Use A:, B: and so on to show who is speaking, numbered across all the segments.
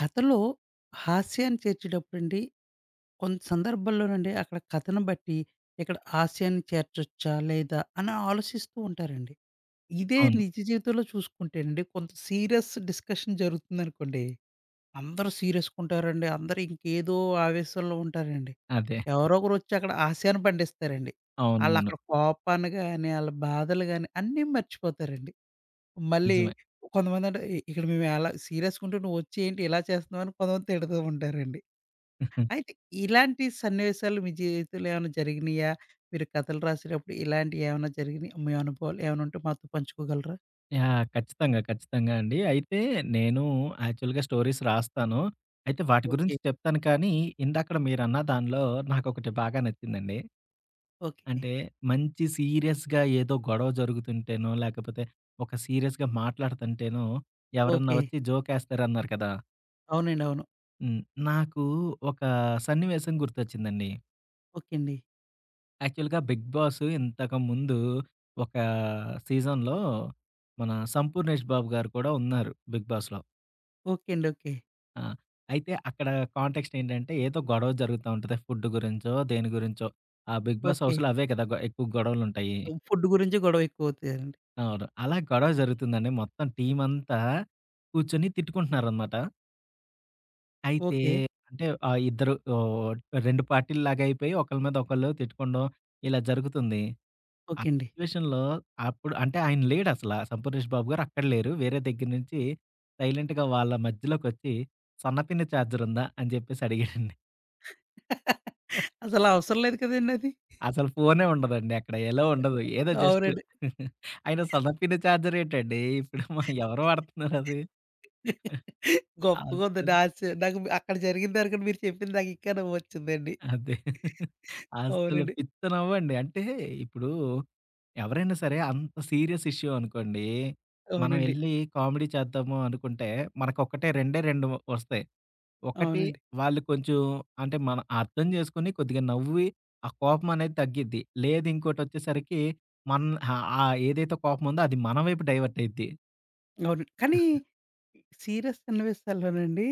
A: కథలో హాస్యాన్ని చేర్చేటప్పుడండి, కొంత సందర్భాల్లోనండి అక్కడ కథను బట్టి ఇక్కడ హాస్యాన్ని చేర్చొచ్చా? లేదా? అని ఆలోచిస్తూ ఉంటారండి. ఇదే
B: అవును.
A: నిజ జీవితంలో చూసుకుంటేనండి కొంత సీరియస్ డిస్కషన్ జరుగుతుందనుకోండి, అందరూ సీరియస్‌గా ఉంటారండి. అందరూ ఇంకేదో ఆవేశంలో ఉంటారండి.
B: అదే.
A: ఎవరో ఒకరొచ్చి అక్కడ హాస్యాన్ని పండిస్తారండి.
B: అవునవును.
A: ఆళ్ళక్కడ కోపాన్ని గాని, ఆళ్ళ బాధలు గాని అన్నీ మర్చిపోతారండి. మళ్ళీ
B: నిజమే.
A: కొంతమందంటే, ఇక్కడ మేము ఎలా సీరియస్‌గుంటే నువ్వొచ్చి ఏంటి ఇలా చేస్తున్నావని కొంతమంది తిడుతూ ఉంటారండి. అయితే ఇలాంటి సన్నివేశాలు మీ జీవితంలో ఏమైనా జరిగినియా? మీరు కథలు రాసేటప్పుడు ఇలాంటియి ఏమైనా జరిగినియి? మీ అనుభవాలు ఏమైనా ఉంటే మాతో పంచుకోగలరా?
B: యాహ్! ఖచ్చితంగా. ఖచ్చితంగా అండి. అయితే నేను యాక్చువల్‌గా స్టోరీస్ రాస్తాను. అయితే వాటి గురించి
A: ఓకే.
B: చెప్తాను కానీ, ఇందాకడ మీరన్న దానిలో నాకొకటి బాగా నచ్చిందండి.
A: ఓకే.
B: అంటే మంచి సీరియస్‌గా ఏదో గొడవ జరుగుతుంటేనో, లేకపోతే ఒక సీరియస్‌గా మాట్లాడుతుంటేనో, ఎవరన్నా
A: ఓకే.
B: వచ్చి జోకేస్తారన్నారు కదా!
A: అవునండి, అవును.
B: హ్మ్. నాకు ఒక సన్నివేశం గుర్తొచ్చిందండి.
A: ఓకే అండి.
B: యాక్చువల్‌గా 'బిగ్ బాస్' ఇంతకుముందు ఒక సీజన్‌లో మన 'సంపూర్ణేష్ బాబు' గారు కూడా ఉన్నారు 'బిగ్ బాస్‌లో.'
A: ఓకే అండి. ఓకే.
B: ఆ! అయితే అక్కడ కాంటెక్స్ట్ ఏంటంటే ఏదో గొడవ జరుగుతా ఉంటది. ఫుడ్ గురించో, దేని గురించో. ఆ 'బిగ్ బాస్'
A: ఓకే.
B: హౌస్‌లో అవే కదా! ఎక్కువ గొడవలుంటాయి.
A: ఫుడ్ గురించి గొడవ ఎక్కువవుతాయండి.
B: అవును. అలా గొడవ జరుగుతుందండి. మొత్తం టీమంతా కూర్చొని తిట్టుకుంటున్నారనమాట. అయితే
A: ఓకే.
B: అంటే ఇద్దరు 2 పార్టీల్లాగా అయిపోయి ఒకళ్ళ మీద ఒకళ్ళు తిట్టుకోవడం ఇలా జరుగుతుంది. ఆ
A: ఓకే అండి.
B: సిట్యుయేషన్‌లో అప్పుడు అంటే ఆయన లేడసల. 'సంపూర్ణేష్ బాబు' గారు అక్కడ లేరు. వేరే దగ్గర నుంచి సైలెంట్‌గా వాళ్ళ మధ్యలోకొచ్చి సన్నపిన్న చార్జర్ ఉందా? అని జెప్పేసి అడిగాడండి.
A: అసలు అవసరం లేదు కదండది.
B: అసలు ఫోనే ఉండదండి అక్కడ. ఎలో ఉండదు. ఏదో జస్ట్
A: అవునండి.
B: ఆయన సన్నపిన్న చార్జర్ ఏంటండి? ఇప్పుడు మ ఎవరు వాడుతున్నారు అది?
A: గొప్పగుంది.
B: అస్సలు
A: నా సే నాకు అక్కడ జరిగిన దానికన్నా మీరు చెప్పింది నాకు ఇంకా నవ్వొచ్చిందండి.
B: అదే. అసలు
A: అవునండి.
B: పిచ్చ నవ్వండి. అంటే ఇప్పుడు ఎవరైనా సరే అంత సీరియస్ ఇష్యూ అనుకోండి. మనం
A: అవునండి.
B: ఎళ్లి కామెడీ చేద్దాము అనుకుంటే మనకొక్కటే 2 వస్తాయి. ఒకటి
A: అవునండి,
B: వాళ్ళు కొంచెం అంటే మనం అర్థం చేసుకొని కొద్దిగా నవ్వి ఆ కోపం అనేది తగ్గిద్ది. లేదు ఇంకోటొచ్చేసరికి మన ఏదైతే కోపం ఉందో అది మన వైపు డైవర్ట్ అయిద్ది.
A: అవును. కానీ సీరియస్ సన్నివేశాల్లోనండి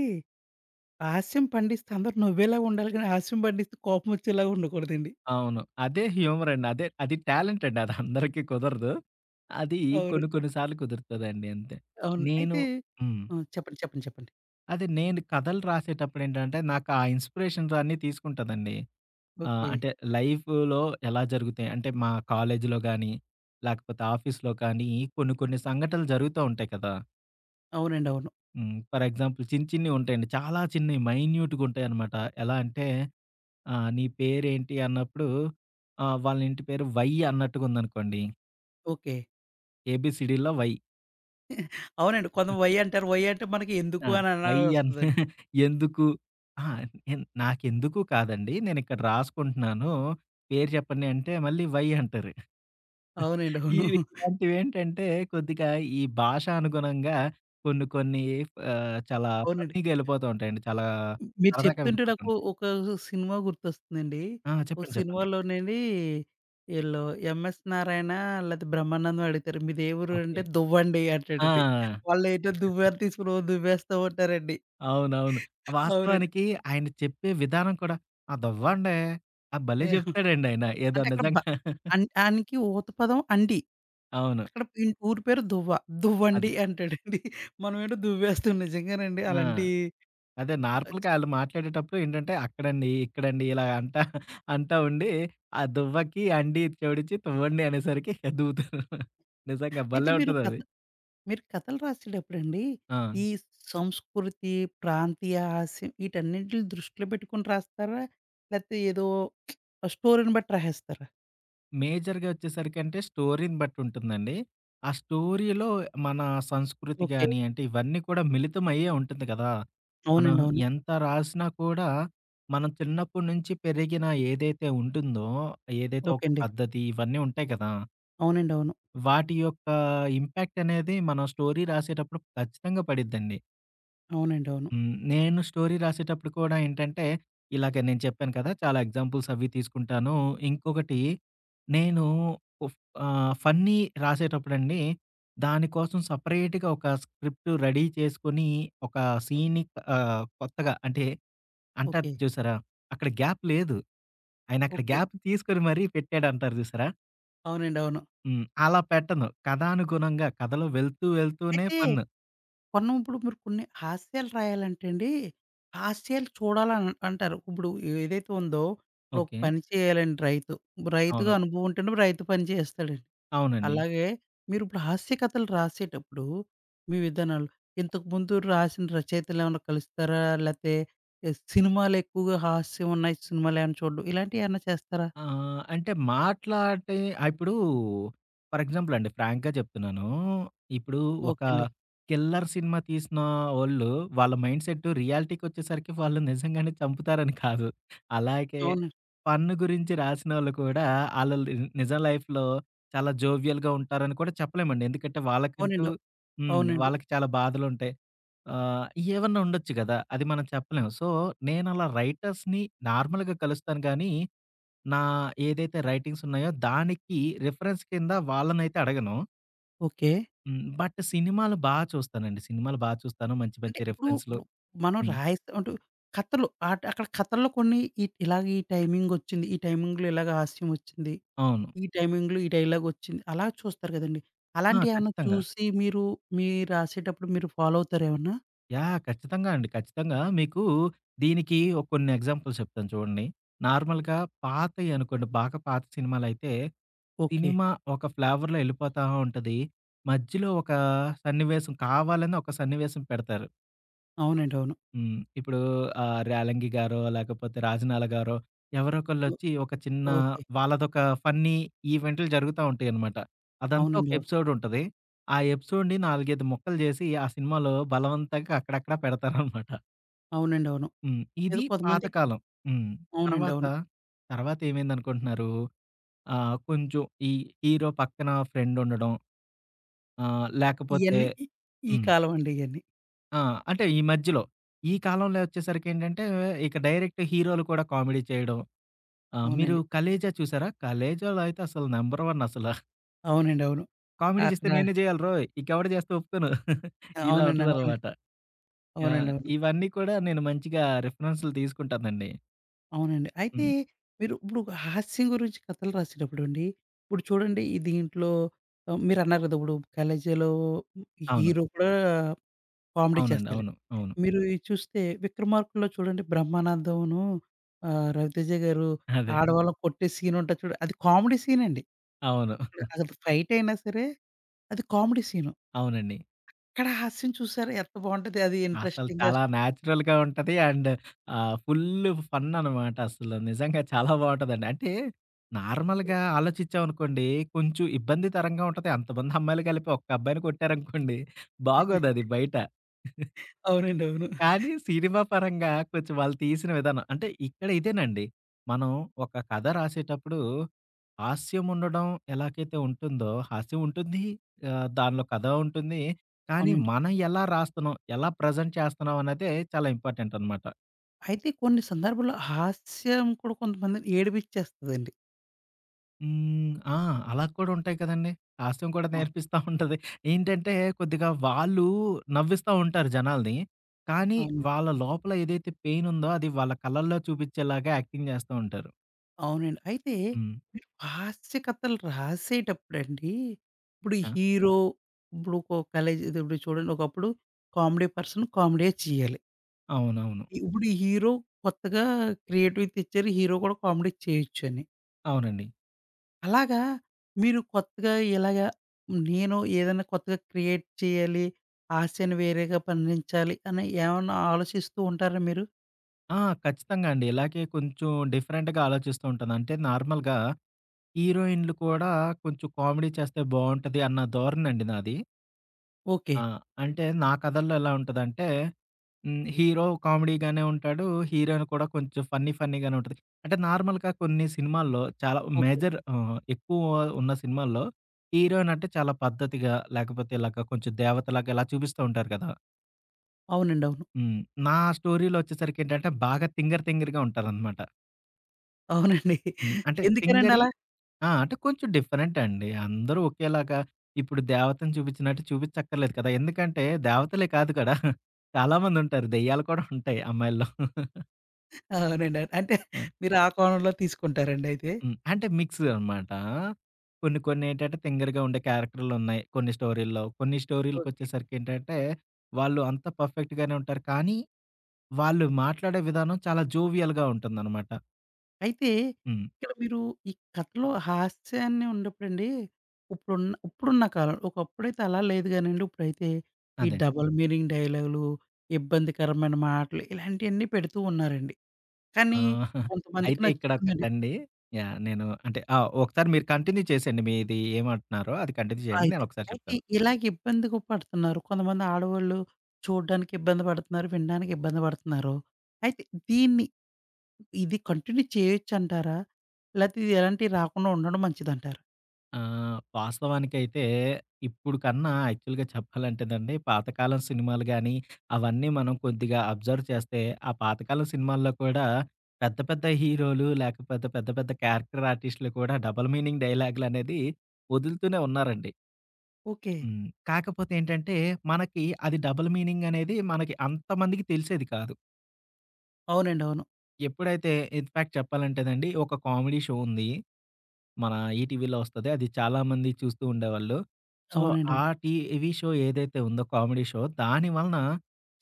A: హాస్యం పండిస్తే అందరూ నవ్వేలాగా ఉండాలి గానీ, హాస్యం పండిస్తే కోపం వచ్చేలాగా ఉండకూడదండి.
B: అవును. అదే హ్యూమర్ అండి. అదే అది టాలెంట్ అండి. అది అందరికీ కుదరదు. అది
A: అవును.
B: కొన్ని కొన్ని సార్లు కుదురుతదండి అంతే.
A: అవును.
B: నేను
A: అయితే
B: హ్మ్.
A: ఆ! చెప్పండి. చెప్పండి. చెప్పండి.
B: అదే నేను కథలు రాసేటప్పుడేంటంటే, నాకు ఆ ఇన్‌స్పిరేషన్స్ అన్నీ తీసుకుంటానండి.
A: ఓకే.
B: అంటే లైఫ్‌లో ఎలా జరుగుతాయి అంటే, మా కాలేజీలో గానీ, లేకపోతే ఆఫీస్‌లో కానీ కొన్ని కొన్ని సంఘటనలు జరుగుతా ఉంటాయి కదా!
A: అవునండి, అవును.
B: హ్మ్. ఫర్ ఎగ్జాంపుల్ చిన్న చిన్నవి ఉంటాయండి. చాలా చిన్నవి మైన్యూట్‌గా ఉంటాయన్నమాట. ఎలా అంటే ఆ! నీ పేరేంటి అన్నప్పుడు వాళ్ళ ఇంటి పేరు వై అన్నట్టుగా ఉందనుకోండి.
A: ఓకే.
B: ఏబీసీడీలో వై.
A: అవునండి. కొంత వై అంటారు. వై అంటే మనకి ఎందుకు
B: ఆ!
A: అని
B: వై అన్
A: అనాలొస్తదండి.
B: ఎందుకు? అహా! నాకెందుకు కాదండి. నేనిక్కడ రాసుకుంటున్నాను. పేరు చెప్పండి అంటే మళ్ళీ వై అంటారు.
A: అవునండి, అవును.
B: ఇవి ఇలాంటివేంటంటే కొద్దిగా ఈ భాష అనుగుణంగా కొన్ని కొన్ని చాలా
A: అవునండి.
B: ఫన్నీగా ఎళ్ళిపోతూ ఉంటాయండి. చాలా
A: మీరు
B: సరదాగా
A: చెప్తుంటే
B: వెళ్ళిపోతుంటాయి.
A: నాకు ఒక సినిమా గుర్తొస్తుందండి.
B: ఆ!
A: ఒక
B: చెప్పండి. చెప్పండి.
A: సినిమాలోనండి ఈళ్ళు 'ఎంఎస్ నారాయణ' లేతే 'బ్రహ్మానందం' అడుగుతారు. "మీది ఏ ఊరు"
B: ఓకే.
A: అంటే "దువ్వండి"
B: ఆ!
A: అంటాడండి. వాళ్ళేంటో దువ్వారు తీసుకొని ఓ దువ్వేస్తా ఉంటారండి.
B: అవునవును.
A: అవునండి.
B: వాస్తవానికి ఆయన చెప్పే విధానం కూడా ఆ! దవ్వండి. ఆ! భలే చెప్తాడండి ఆయన. ఏదో
A: అంటే అక్కడ బ
B: నిజంగా
A: అన్ ఆనికి ఊత పదం అండి.
B: అవును.
A: అక్కడ ఈన ఊరి పేరు దువ్వ. దువ్వండి
B: అదే.
A: అంటాడండి. మనమేంటో దువ్వేస్తాం నిజంగానండి
B: ఆ!
A: అలాంటి.
B: అదే నార్మల్‌గా ఆళ్ళు మాట్లాడేటప్పుడు ఏంటంటే అక్కడండి, ఇక్కడండి ఇలా అంటా, అంటా ఉండి ఆ దువ్వకి అండి జోడించి తువ్వండి అనేసరికి దూవుతారు. నిజంగా
A: అయితే
B: భలే
A: మీరు కథ
B: ఉంటదది.
A: మీరు కథలు రాసేటప్పుడండి,
B: ఆ!
A: ఈ సంస్కృతి, ప్రాంతీయ హాస్యం వీటన్నిటిని దృష్టిలో పెట్టుకొని రాస్తారా? లేకపోతే ఏదో స్టోరీని బట్టి రాసేస్తారా?
B: మేజర్‌గా వచ్చేసరికంటే స్టోరీని బట్టి ఉంటుందండి. ఆ స్టోరీలో మన సంస్కృతి
A: ఓకే.
B: గాని అంటే ఇవన్నీ కూడా మిళితం అయ్యే ఉంటుంది కదా! మనం
A: అవునండి, అవును.
B: ఎంత రాసినా కూడా మనం చిన్నప్పటి నుంచి పెరిగిన ఏదైతే ఉంటుందో, ఏదైతే
A: ఓకే
B: ఒక
A: అండి.
B: పద్ధతి ఇవన్నీ ఉంటాయి కదా!
A: అవునండి, అవును.
B: వాటి యొక్క ఇంపాక్ట్ అనేది మనం స్టోరీ రాసేటప్పుడు ఖచ్చితంగా పడిద్దండి.
A: అవునండి, అవును.
B: హ్మ్. నేను స్టోరీ రాసేటప్పుడు కూడా ఏంటంటే, ఇలాగ నేను చెప్పాను కదా! చాలా ఎగ్జాంపుల్స్ అవి తీసుకుంటాను. ఇంకొకటి నేను ఉఫ్ ఫన్నీ రాసేటప్పుడండి, దానికోసం సెపరేట్‌గా ఒక స్క్రిప్ట్ రెడీ చేసుకొని, ఒక సీన్‌ని కొత్తగా అంటే అంటారు
A: ఓకే.
B: చూసారా? అక్కడ గ్యాప్ లేదు. ఆయన అక్కడ
A: ఓకే.
B: గ్యాప్ తీసుకొని మరీ పెట్టాడంటారు చూసారా?
A: అవునండి, అవును.
B: హ్మ్. అలా పెట్టను. కథానుగుణంగా కథలో వెళ్తూ వెళ్తూనే
A: అయితే
B: ఫన్.
A: కొన్ని ఇప్పుడు మీరు కొన్ని హాస్యాలు రాయాలంటే అండి, హాస్యాలు చూడాలని అంటారు. ఇప్పుడు ఏదైతే ఉందో, ఇప్పుడు ఒక
B: ఓకే.
A: పని చేయాలండి రైతు. రైతుగా
B: అవును.
A: అనుభవం ఉంటేనే రైతు పని చేస్తాడండి.
B: అవునండి.
A: అలాగే మీరిప్పుడు హాస్య కథలు రాసేటప్పుడు మీ విధానాలు ఇంతకుముందు రాసిన రచయితలేమన్నా కలుస్తారా? లేతే ఎ సినిమాలెక్కువగా హాస్యం ఉన్నాయి సినిమాలేమన్నా చూడడం ఇలాంటియేమన్నా చేస్తారా?
B: ఆ! అంటే మాట్లాటే ఇప్పుడు ఫర్ ఎగ్జాంపుల్ అండి ఫ్రాంక్‌గా చెప్తున్నాను. ఇప్పుడు ఒక
A: ఓకే అండి.
B: కిల్లర్ సినిమా తీసిన వోళ్ళు వాళ్ళ మైండ్ సెట్ రియాలిటీకొచ్చేసరికి వాళ్ళు నిజంగానే చంపుతారని కాదు. అలాగే
A: అవును.
B: ఫన్ గురించి రాసినోళ్ళు కూడా ఆళ్ళు లి నిజం లైఫ్‌లో చాలా జోవియల్‌గా ఉంటారని కూడా చెప్పలేమండి. ఎందుకంటే వాళ్ళకంటూ
A: అవునండి.
B: హ్మ్.
A: అవునండి.
B: వాళ్ళకి చాలా బాధలుంటాయి. ఆహ్, ఏవన్నా ఉండొచ్చు గదా! అది మనం చెప్పలేం. సో, నేనలా రైటర్స్‌ని నార్మల్‌గా కలుస్తాను గానీ నా ఏదైతే రైటింగ్స్ ఉన్నాయో దానికి రిఫరెన్స్ కింద వాళ్ళనైతే అడగను.
A: ఓకే.
B: హ్మ్. బట్ సినిమాలు బా చూస్తానండి. సినిమాలు బా చూస్తాను. మంచి
A: అంటే
B: మంచి
A: ఇప్పుడు
B: రిఫరెన్స్‌లు
A: ఇప్పుడు మనం
B: హ్మ్.
A: రాయిస్తా ఉంటూ కథలు ఆట్ అక్కడ కథల్లో కొన్ని ఇలాగ ఈ టైమింగొచ్చింది. ఈ టైమింగ్‌లో ఇలాగ హాస్యమొచ్చింది.
B: అవును.
A: ఈ టైమింగ్‌లో ఈ డైలాగొచ్చింది. అలా చూస్తారు గదండీ!
B: ఆ!
A: అలాంటియేమన్నా
B: ఖచ్చితంగా.
A: చూసి మీరు మీరు రాసేటప్పుడు మీరు ఫాలో అవుతారేమన్నా?
B: యాహ్! ఖచ్చితంగా అండి. ఖచ్చితంగా మీకు దీనికి ఒక కొన్ని ఎగ్జాంపుల్స్ చెప్తాను చూడండి. నార్మల్‌గా పాతయి అనుకోండి, బాగా పాత సినిమాలైతే
A: ఓకే.
B: సినిమా ఒక ఫ్లేవర్‌లో ఎళ్ళిపోతా ఉంటది. మధ్యలో ఒక సన్నివేశం కావాలని ఒక సన్నివేశం పెడతారు.
A: అవునండి, అవును.
B: హ్మ్. ఇప్పుడు రేలంగి గారో, లేకపోతే రాజనాల గారో
A: ఓ
B: ఎవరోకళ్ళొచ్చి ఒక చిన్న
A: ఓకే.
B: వాళ్ళదొక ఫన్నీ ఈవెంట్లు జరుగుతా ఉంటాయనమాట. అదంతా ఒక
A: అవునండి, అవును.
B: ఎపిసోడ్ ఉంటది. ఆ ఎపిసోడ్‌ని 4, 5 ముక్కలు చేసి ఆ సినిమాలో బలవంతంగా అక్కడక్కడ పెడతారనమాట.
A: అవునండి, అవును.
B: హ్మ్.
A: ఏదో
B: ఇది
A: కొంతమంది.
B: పాతకాలం. హ్మ్.
A: అవునండి,
B: తర్వాత,
A: అవును.
B: తర్వాత ఏమైందనుకుంటున్నారు? కొంచెం ఈ హీరో పక్కన ఫ్రెండుండడం లేకపోతే
A: ఇయన్నీ ఈ ఈ
B: హ్మ్.
A: కాలం అండి ఇయన్నీ.
B: ఆ! అంటే ఈ మధ్యలో. ఈ కాలంలో వచ్చేసరికేంటంటే, ఇక డైరెక్ట్ హీరోలు కూడా కామెడీ చేయడం. మీరు
A: అవునండి.
B: 'కలేజా' చూసారా? 'కలేజా'లో అయితే అసలు నంబర్ వన్ అసల.
A: అవునండి. అవును.
B: కామెడీ చేస్తే
A: అక్కడ
B: నేనే చేయాలి రోయ్! ఇంకెవడు చేస్తే ఒప్పుకోను. ఇలా
A: అవునండి. అవునండి.
B: ఉంటదనమాట. యాహ్!
A: అవునండి, అవును.
B: ఇవన్నీ కూడా నేను మంచిగా రిఫరెన్స్‌లు తీసుకుంటానండి.
A: అవునండి. అయితే
B: హ్మ్.
A: మీరు ఇప్పుడు హాస్యం గురించి కథలు రాసేటప్పుడండి, ఇప్పుడు చూడండి ఈ దీంట్లో ఆహ్, మీరన్నారు కదా! ఇప్పుడు కాలేజీలో
B: అవును.
A: హీరో కూడా కామెడీ
B: అవునండి.
A: చేస్తాడు.
B: అవును. అవును.
A: మీరు ఇది చూస్తే 'విక్రమార్కుడులో' చూడండి బ్రహ్మానందంను ఆహ్, రవితేజ గారు హ్మ్.
B: అదే.
A: ఆడవాళ్ళని కొట్టే సీన్ ఉంటది చూడు అది కామెడీ సీన్ అండి.
B: అవును.
A: అది ఫైట్ అయినా సరే అది కామెడీ సీను.
B: అవునండి.
A: ఇక్కడ హాస్యం చూసారా ఎంత బావుంటది అది
B: అసలు
A: ఇంట్రెస్టింగ్‌గా.
B: చాలా నేచురల్‌గా ఉంటది. అండ్ ఫుల్ ఫన్ అనమాట అసలు. నిజంగా చాలా బావుంటదండి. అంటే నార్మల్‌గా ఆలోచించామనుకోండి కొంచెం ఇబ్బంది తరంగా ఉంటది. అంతమంది అమ్మాయిలు కలిపి ఒక్క అబ్బాయిని కొట్టారనుకోండి బాగోదది బయట.
A: అవునండి, అవును.
B: కానీ సినిమా పరంగా కొంచెం వాళ్ళు తీసిన విధానం అంటే ఇక్కడ ఇదేనండి. మనం ఒక కథ రాసేటప్పుడు హాస్యం ఉండడం ఎలాగైతే ఉంటుందో, హాస్యం ఉంటుంది. దానిలో కథ ఉంటుంది. కానీ
A: అవునండి.
B: మనం ఎలా రాస్తున్నాం, ఎలా ప్రెజెంట్ చేస్తున్నాం అన్నదే చాలా ఇంపార్టెంట్ అనమాట.
A: అయితే కొన్ని సందర్భాల్లో హాస్యం కూడా కొంతమందిని ఏడిపిచ్చేస్తదండి.
B: హ్మ్. ఆ! అలా కూడా ఉంటాయి కదండీ. హాస్యం కూడా
A: ఆ!
B: నేర్పిస్తా ఉంటది. ఏంటంటే కొద్దిగా వాళ్ళు నవ్విస్తా ఉంటారు జనాల్ని. కానీ
A: అవును.
B: వాళ్ళ లోపల ఏదైతే పెయిన్ ఉందో అది వాళ్ళ కళ్ళల్లో చూపించేలాగా యాక్టింగ్ చేస్తా ఉంటారు.
A: అవునండి. అయితే
B: హ్మ్.
A: మీరు హాస్య కథలు రాసేటప్పుడండి, ఇప్పుడు
B: ఆ!
A: హీరో ఇప్పుడు ఒక కాలేజ్ ఇప్పుడు చూడండి ఒకప్పుడు కామెడీ పర్సన్ కామెడీయే చేయాలి.
B: అవునవును.
A: ఇప్పుడు ఈ హీరో కొత్తగా క్రియేటివ్ తెచ్చారు. హీరో కూడా కామెడీ చేయొచ్చని.
B: అవునండి.
A: అలాగా మీరు కొత్తగా ఇలాగా నేను ఏదైనా కొత్తగా క్రియేట్ చేయాలి, హాస్యాన్ని వేరేగా పండించాలి అని ఏమన్నా ఆలోచిస్తూ ఉంటారా మీరు?
B: ఆ! ఖచ్చితంగా అండి. ఇలాగే కొంచెం డిఫరెంట్‌గా ఆలోచిస్తూ ఉంటాను. అంటే నార్మల్‌గా హీరోయిన్‌లు కూడా కొంచెం కామెడీ చేస్తే బావుంటది అన్న ధోరణండి నాది.
A: ఓకే.
B: ఆ! అంటే నా కథల్లో ఎలా ఉంటదంటే హ్మ్. హీరో కామెడీగానే ఉంటాడు. హీరోయిన్ కూడా కొంచెం ఫన్నీ ఫన్నీగానే ఉంటది. అంటే నార్మల్‌గా కొన్ని సినిమాల్లో చాలా
A: ఓకే.
B: మేజర్ ఎక్కువ ఉన్న సినిమాల్లో హీరోయిన్ అంటే చాలా పద్ధతిగా లేకపోతే ఇలాగ కొంచెం దేవతలాగా ఇలా చూపిస్తూ ఉంటారు కదా!
A: అవునండి, అవును.
B: హ్మ్. నా స్టోరీలో వచ్చేసరికేంటంటే, బాగా తింగర్ తింగర్‌గా ఉంటారనమాట.
A: అవునండి.
B: హ్మ్. అంటే
A: ఎందుకనండి
B: తింగరి
A: అలా?
B: ఆ! అంటే కొంచెం డిఫరెంట్ అండి. అందరూ ఒకేలాగా ఇప్పుడు దేవతని చూపించినట్టు చూపించక్కర్లేదు కదా! ఎందుకంటే దేవతలే కాదు కదా! చాలా మందుంటారు. దెయ్యాలు కూడా ఉంటాయి అమ్మాయిల్లో.
A: అవునండి, అవును. అంటే
B: ఆ!
A: మీరు ఆ కోణంలో తీసుకుంటారండి అయితే.
B: హ్మ్. అంటే మిక్స్ అనమాట. కొన్ని కొన్నేంటంటే తింగరగా ఉండే క్యారెక్టర్‌లున్నాయి కొన్ని స్టోరీల్లో. కొన్ని
A: ఓకే.
B: స్టోరీలకొచ్చేసరికేంటంటే, వాళ్ళు అంతా పర్ఫెక్ట్‌గానే ఉంటారు. కానీ, వాళ్ళు మాట్లాడే విధానం చాలా జోవియల్‌గా ఉంటుందనమాట.
A: అయితే
B: హ్మ్.
A: ఇక్కడ మీరు ఈ కథలో హాస్యాన్ని ఉన్నప్పుడండి, ఇప్పుడున్న ఇప్పుడున్న కాలం ఒకప్పుడైతే అలా లేదు గానండి. ఇప్పుడైతే ఈ
B: అదే.
A: డబుల్ మీనింగ్ డైలాగులు, ఇబ్బందికరమైన మాటలు ఇలాంటియన్నీ పెడుతూ ఉన్నారండి.
B: ఆ!
A: కానీ కొంతమందికి
B: అయితే ఇక్కడ
A: నచ్చుతుందండి.
B: ఒకటండి యాహ్! నేను అంటే ఆ! ఒకసారి మీరు కంటిన్యూ చేసేయండి. మీది ఏమంటున్నారో అది కంటిన్యూ చేయండి. నేను
A: అయితే
B: ఒకసారి
A: అయితే
B: చెప్తాను.
A: ఇలాగ ఇబ్బందికి పడుతున్నారు. కొంతమంది ఆడవాళ్ళు చూడడానికి ఇబ్బంది పడుతున్నారు, వినడానికి ఇబ్బంది పడుతున్నారు. అయితే దీన్ని ఇది కంటిన్యూ చేయొచ్చంటారా? లేతే ఇది ఎలాంటియి రాకుండా ఉండడం మంచిదంటారా?
B: వాస్తవానికైతే ఇప్పుడు కన్నా యాక్చువల్‌గా చెప్పాలంటేనండి పాతకాలం సినిమాలు గాని, అవన్నీ మనం కొద్దిగా అబ్జర్వ్ చేస్తే, ఆ పాతకాలం సినిమాల్లో కూడా పెద్ద పెద్ద హీరోలు లేకపోతే పెద్ద పెద్ద క్యారెక్టర్ ఆర్టిస్ట్‌లు కూడా డబుల్ మీనింగ్ డైలాగులనేది వదులుతూనే ఉన్నారండి.
A: ఓకే.
B: హ్మ్. కాకపోతే ఏంటంటే మనకి అది డబుల్ మీనింగ్ అనేది మనకి అంతమందికి తెలిసేది కాదు.
A: అవునండి, అవును.
B: ఎప్పుడైతే ఇన్‌ఫాక్ట్ చెప్పాలంటేనండి, ఒక కామెడీ షో ఉంది. మన ఈటీవీలో వస్తది. అది చాలామంది చూస్తూ ఉండేవాళ్ళు. సో,
A: అవునండి,
B: ఆ
A: అవును.
B: టీవీ షో ఏదైతే ఉందో కామెడీ షో, దాని వలన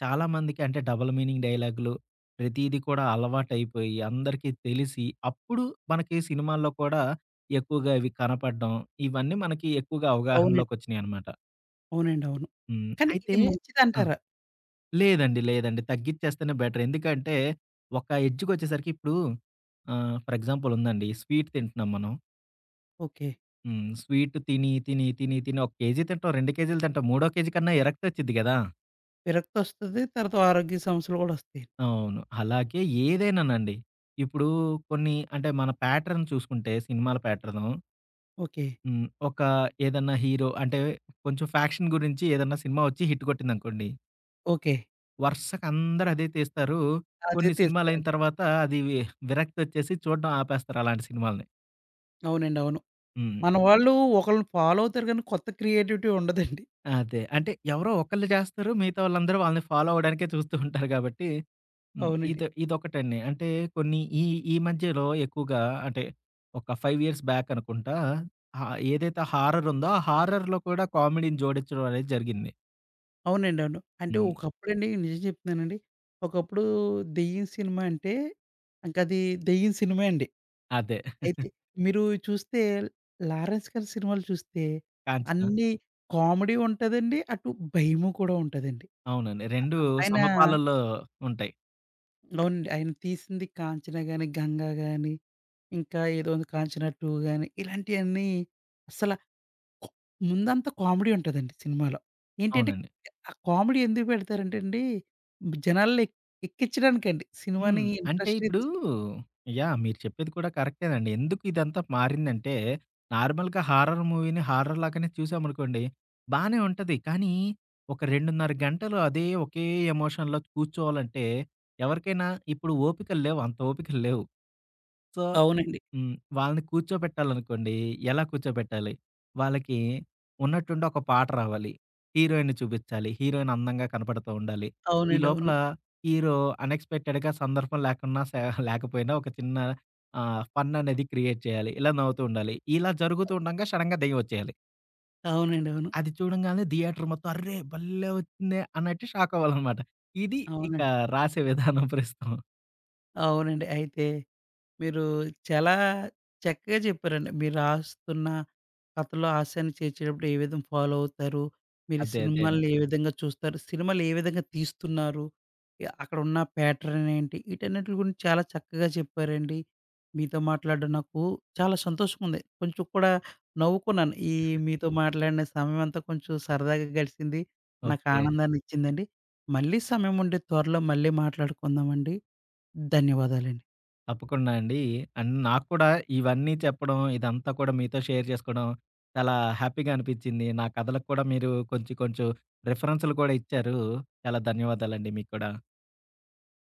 B: చాలామందికి అంటే డబుల్ మీనింగ్ డైలాగులు, ప్రతీది కూడా అలవాటైపోయి అందరికీ తెలిసి, అప్పుడు మనకి సినిమాల్లో కూడా ఎక్కువగా ఇవి కనపడడం, ఇవన్నీ మనకి ఎక్కువగా
A: అవునండి.
B: అవగాహనలోకొచ్చినాయనమాట.
A: అవునండి, అవును.
B: హ్మ్.
A: కానీ
B: అయితే
A: ఇది
B: ఆ!
A: మంచిదంటారా?
B: లేదండి. లేదండి. తగ్గిచ్చేస్తేనే బెటర్. ఎందుకంటే, ఒక ఎడ్జ్‌కొచ్చేసరికి ఇప్పుడు ఫర్ ఎగ్జాంపుల్ ఉందండి. స్వీట్ తింటున్నాం మనం.
A: ఓకే.
B: హ్మ్. స్వీట్ తిని, తిని, తిని, తిని ఒక కేజీ తింటాం, 2 కేజీలు తింటాం, మూడో కేజీ కన్నా ఎరక్తొచ్చిద్ది గదా!
A: విరక్తొస్తది. తర్వాత ఆరోగ్య సమస్యలు గూడా ఒస్తాయి.
B: అవును. అలాగే ఏదైనానండి. ఇప్పుడు కొన్ని అంటే మన ప్యాటర్న్ చూసుకుంటే సినిమాల ప్యాటర్ను
A: ఓకే.
B: హ్మ్. ఒక ఏదన్నా హీరో అంటే కొంచెం ఫ్యాక్షన్ గురించి ఏదన్నా సినిమా ఒచ్చి హిట్ కొట్టిందనుకోండి
A: ఓకే.
B: వరుసగా అందరూ అదే తీస్తారు.
A: అదే
B: కొన్ని సినిమాలయిన
A: తీస్తారండి.
B: తర్వాత అది విరక్తొచ్చేసి చూడడం ఆపేస్తారు అలాంటి సినిమాలని.
A: అవునండి, అవును.
B: హ్మ్.
A: మన వాళ్ళు ఒకళ్ళని ఫాలో అవుతారు గానీ కొత్త క్రియేటివిటీ ఉండదండి.
B: అదే. అంటే ఎవరో ఒకళ్ళు చేస్తారు. మిగతా వాళ్ళందరూ వాళ్ళని ఫాలో అవ్వడానికే చూస్తూ ఉంటారు కాబట్టి హ్మ్.
A: అవునండి.
B: ఇది ఇదొకటండి. అంటే కొన్ని ఈ ఈ మధ్యలో ఎక్కువగా అంటే ఒక 5 ఇయర్స్ బ్యాక్ అనుకుంటా ఏదైతే హారర్ ఉందో ఆ హారర్‌లో కూడా కామెడీని జోడించడం అనేది జరిగింది.
A: అవునండి, అవును. అంటే
B: హ్మ్.
A: ఒకప్పుడండి నిజం జెప్తున్నానండి. ఒకప్పుడు దెయ్యం సినిమా అంటే ఇంకది దెయ్యం సినిమా అండి.
B: అదే.
A: అయితే మీరు చూస్తే 'లారెన్స్ గారి' సినిమాలు చూస్తే
B: 'కాంచన'
A: అన్నీ కామెడీ ఉంటదండి. అటు భయము కూడా ఉంటదండి.
B: అవునండి. 2
A: ఆయన.
B: సమపాలలో ఉంటాయి.
A: అవునండి. ఆయన తీసింది 'కాంచన' గాని, 'గంగ' గాని, ఇంకా ఏదో ఉంది 'కాంచన 2' గాని ఇలాంటియన్నీ అసల కొ ముందంతా కామెడీ ఉంటదండి సినిమాలో. ఏంటంటే
B: అవునండి.
A: ఆ కామెడీ ఎందుకు పెడతారంటే అండి జనాల్ని ఎక్కించడానికండి. సినిమాని
B: హ్మ్. అంటే
A: ఇంట్రెస్ట్‌గా
B: ఇప్పుడు
A: తీసి.
B: యాహ్! మీరు చెప్పేది కూడా కరెక్టేనండి. ఎందుకు ఇదంతా మారిందంటే, నార్మల్‌గా హారర్ మూవీని హారర్ లాగానే చూసామనుకోండి, బానే ఉంటది. కానీ, ఒక 2:30 గంటలు అదే ఒకే ఎమోషన్‌లో కూర్చోవాలంటే, ఎవరికైనా ఇప్పుడు ఓపికలు లేవు. అంత ఓపికలు లేవు. సో
A: అవునండి.
B: హ్మ్. వాళ్ళని కూర్చోబెట్టాలనుకోండి, ఎలా కూర్చోబెట్టాలి? వాళ్ళకి ఉన్నట్టుండి ఒక పాట రావాలి. హీరోయిన్‌ని చూపిచ్చాలి. హీరోయిన్ అందంగా కనపడుతూ ఉండాలి. ఈ
A: అవునండి,
B: లోపల
A: అవును.
B: హీరో అన్‌ఎక్స్‌పెక్టెడ్‌గా సందర్భం లేకున్నా లేకపోయినా ఒక చిన్న ఫన్ అనేది క్రియేట్ చేయాలి. ఇలా నవ్వుతూ ఉండాలి. ఇలా జరుగుతూ ఉండంగా సడెన్‌గా దెయ్యం వచ్చేయాలి.
A: అవునండి, అవును.
B: అది చూడంగానే థియేటర్ మొత్తం "అర్రే! భలే వచ్చిందే" అన్నట్టు షాక్ అవ్వాలనమాట. ఇది ఇక
A: అవునండి.
B: రాసే విధానం ప్రస్తుతం.
A: అవునండి. అయితే మీరు చాలా చక్కగా చెప్పారండి. మీరు రాస్తున్న కథలో హాస్యాన్ని చేర్చేటప్పుడు ఏ విధంగా ఫాలో అవుతారు? మీరు
B: అదే అదే అండి.
A: సినిమాల్ని ఏ విధంగా చూస్తారు? సినిమాలు ఏ విధంగా తీస్తున్నారు? ఎ అక్కడున్న ప్యాటర్న్ ఏంటి? వీటన్నిటి గురించి చాలా చక్కగా చెప్పారండి. మీతో మాట్లాడడం నాకు చాలా సంతోషంగా ఉంది. కొంచెం కూడా నవ్వుకున్నాను. ఈ మీతో మాట్లాడిన సమయం అంతా కొంచెం సరదాగా గడిసింది. నాకు
B: ఓకే.
A: ఆనందాన్ని ఇచ్చిందండి. మళ్ళీ సమయం ఉంటే త్వరలో మళ్ళీ మాట్లాడుకుందామండి. ధన్యవాదాలండి.
B: తప్పకుండా అండి. అండ్ నాకు కూడా ఇవన్నీ చెప్పడం, ఇదంతా కూడా మీతో షేర్ చేసుకోవడం చాలా హ్యాపీగా అనిపిచ్చింది. నా కథలకు కూడా మీరు కొంచెం కొంచెం రిఫరెన్స్‌లు కూడా ఇచ్చారు. చాలా ధన్యవాదాలండి మీకు కూడా.